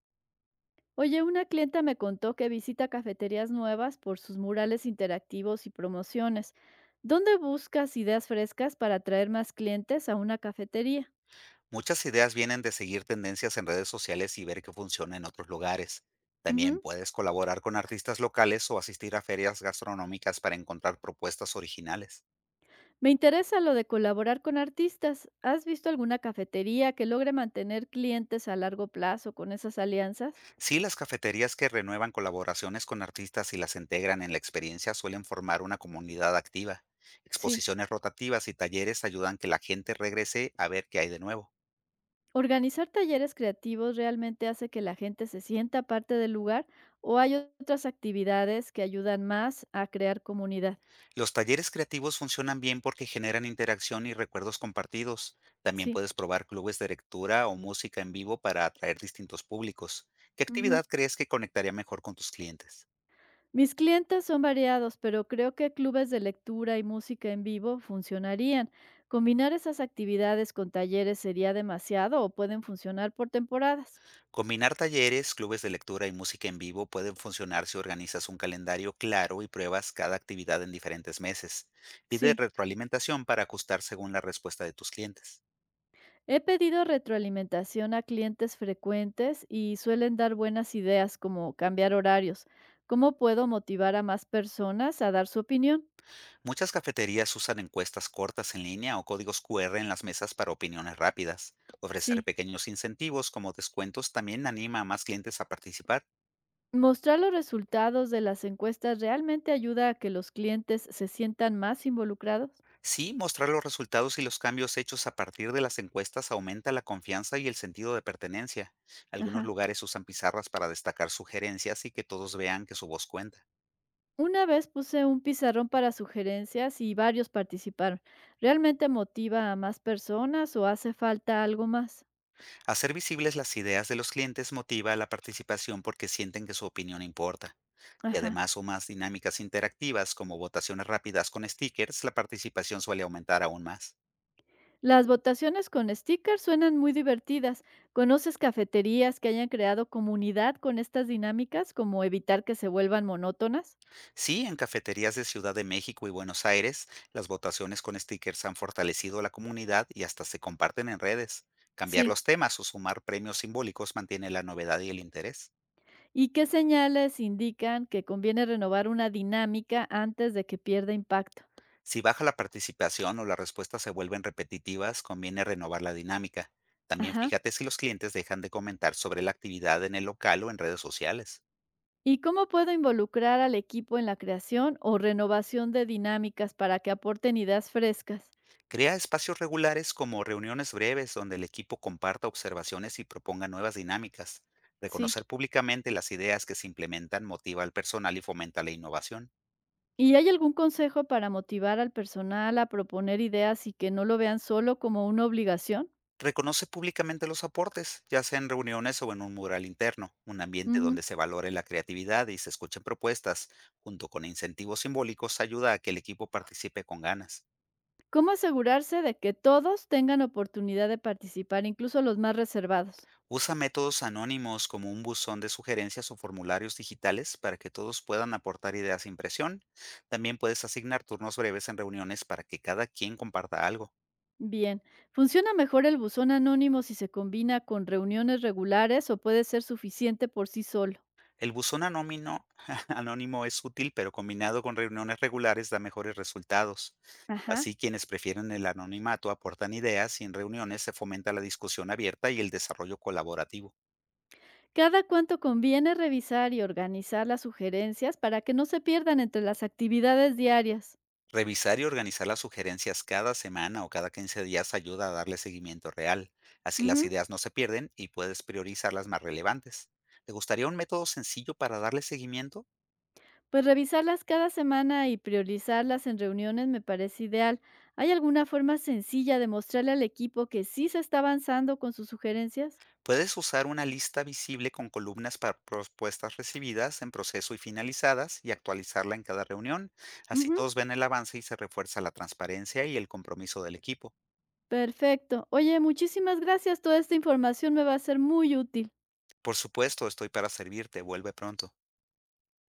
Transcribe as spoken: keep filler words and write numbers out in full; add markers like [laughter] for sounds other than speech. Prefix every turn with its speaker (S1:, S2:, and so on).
S1: Oye, una clienta me contó que visita cafeterías nuevas por sus murales interactivos y promociones. ¿Dónde buscas ideas frescas para atraer más clientes a una cafetería?
S2: Muchas ideas vienen de seguir tendencias en redes sociales y ver qué funciona en otros lugares. También
S1: Ujú.
S2: puedes colaborar con artistas locales o asistir a ferias gastronómicas para encontrar propuestas originales.
S1: Me interesa lo de colaborar con artistas. ¿Has visto alguna cafetería que logre mantener clientes a largo plazo con esas alianzas?
S2: Sí, las cafeterías que renuevan colaboraciones con artistas y las integran en la experiencia suelen formar una comunidad activa.
S1: Sí.
S2: Exposiciones rotativas y talleres ayudan que la gente regrese a ver qué hay de nuevo.
S1: ¿Organizar talleres creativos realmente hace que la gente se sienta parte del lugar o hay otras actividades que ayudan más a crear comunidad?
S2: Los talleres creativos funcionan bien porque generan interacción y recuerdos compartidos. También
S1: Sí.
S2: puedes probar clubes de lectura o música en vivo para atraer distintos públicos. ¿Qué
S1: Ujú.
S2: actividad crees que conectaría mejor con tus clientes?
S1: Mis clientes son variados, pero creo que clubes de lectura y música en vivo funcionarían. ¿Combinar esas actividades con talleres sería demasiado o pueden funcionar por temporadas?
S2: Combinar talleres, clubes de lectura y música en vivo pueden funcionar si organizas un calendario claro y pruebas cada actividad en diferentes meses. Pide
S1: Sí.
S2: retroalimentación para ajustar según la respuesta de tus clientes.
S1: He pedido retroalimentación a clientes frecuentes y suelen dar buenas ideas como cambiar horarios. ¿Cómo puedo motivar a más personas a dar su opinión?
S2: Muchas cafeterías usan encuestas cortas en línea o códigos cu erre en las mesas para opiniones rápidas. Ofrecer
S1: Sí.
S2: pequeños incentivos como descuentos también anima a más clientes a participar.
S1: Mostrar los resultados de las encuestas realmente ayuda a que los clientes se sientan más involucrados.
S2: Sí, mostrar los resultados y los cambios hechos a partir de las encuestas aumenta la confianza y el sentido de pertenencia. Algunos
S1: Ajá.
S2: lugares usan pizarras para destacar sugerencias y que todos vean que su voz cuenta.
S1: Una vez puse un pizarrón para sugerencias y varios participaron. ¿Realmente motiva a más personas o hace falta algo más?
S2: Hacer visibles las ideas de los clientes motiva a la participación porque sienten que su opinión importa. Y
S1: Ajá.
S2: además sumas dinámicas interactivas como votaciones rápidas con stickers, la participación suele aumentar aún más.
S1: Las votaciones con stickers suenan muy divertidas. ¿Conoces cafeterías que hayan creado comunidad con estas dinámicas, como evitar que se vuelvan monótonas?
S2: Sí, en cafeterías de Ciudad de México y Buenos Aires, las votaciones con stickers han fortalecido la comunidad y hasta se comparten en redes. Cambiar
S1: Sí.
S2: los temas o sumar premios simbólicos mantiene la novedad y el interés.
S1: ¿Y qué señales indican que conviene renovar una dinámica antes de que pierda impacto?
S2: Si baja la participación o las respuestas se vuelven repetitivas, conviene renovar la dinámica. También
S1: Ajá.
S2: fíjate si los clientes dejan de comentar sobre la actividad en el local o en redes sociales.
S1: ¿Y cómo puedo involucrar al equipo en la creación o renovación de dinámicas para que aporten ideas frescas?
S2: Crea espacios regulares como reuniones breves donde el equipo comparta observaciones y proponga nuevas dinámicas.
S1: Sí.
S2: Reconocer públicamente las ideas que se implementan motiva al personal y fomenta la innovación.
S1: ¿Y hay algún consejo para motivar al personal a proponer ideas y que no lo vean solo como una obligación?
S2: Reconoce públicamente los aportes, ya sea en reuniones o en un mural interno, un ambiente donde
S1: Ujú.
S2: se valore la creatividad y se escuchen propuestas, junto con incentivos simbólicos, ayuda a que el equipo participe con ganas.
S1: ¿Cómo asegurarse de que todos tengan oportunidad de participar, incluso los más reservados?
S2: Usa métodos anónimos como un buzón de sugerencias o formularios digitales para que todos puedan aportar ideas sin presión. También puedes asignar turnos breves en reuniones para que cada quien comparta algo.
S1: Bien, ¿funciona mejor el buzón anónimo si se combina con reuniones regulares o puede ser suficiente por sí solo?
S2: El buzón anónimo, [laughs] anónimo es útil, pero combinado con reuniones regulares da mejores resultados.
S1: Ajá.
S2: Así quienes prefieren el anonimato aportan ideas y en reuniones se fomenta la discusión abierta y el desarrollo colaborativo.
S1: ¿Cada cuánto conviene revisar y organizar las sugerencias para que no se pierdan entre las actividades diarias?
S2: Revisar y organizar las sugerencias cada semana o cada quince días ayuda a darle seguimiento real. Así las
S1: Ujú.
S2: ideas no se pierden y puedes priorizar las más relevantes. ¿Te gustaría un método sencillo para darle seguimiento?
S1: Pues revisarlas cada semana y priorizarlas en reuniones me parece ideal. ¿Hay alguna forma sencilla de mostrarle al equipo que sí se está avanzando con sus sugerencias?
S2: Puedes usar una lista visible con columnas para propuestas recibidas, en proceso y finalizadas, y actualizarla en cada reunión. Así
S1: Ujú.
S2: todos ven el avance y se refuerza la transparencia y el compromiso del equipo.
S1: Perfecto. Oye, muchísimas gracias. Toda esta información me va a ser muy útil.
S2: Por supuesto, estoy para servirte. Vuelve pronto.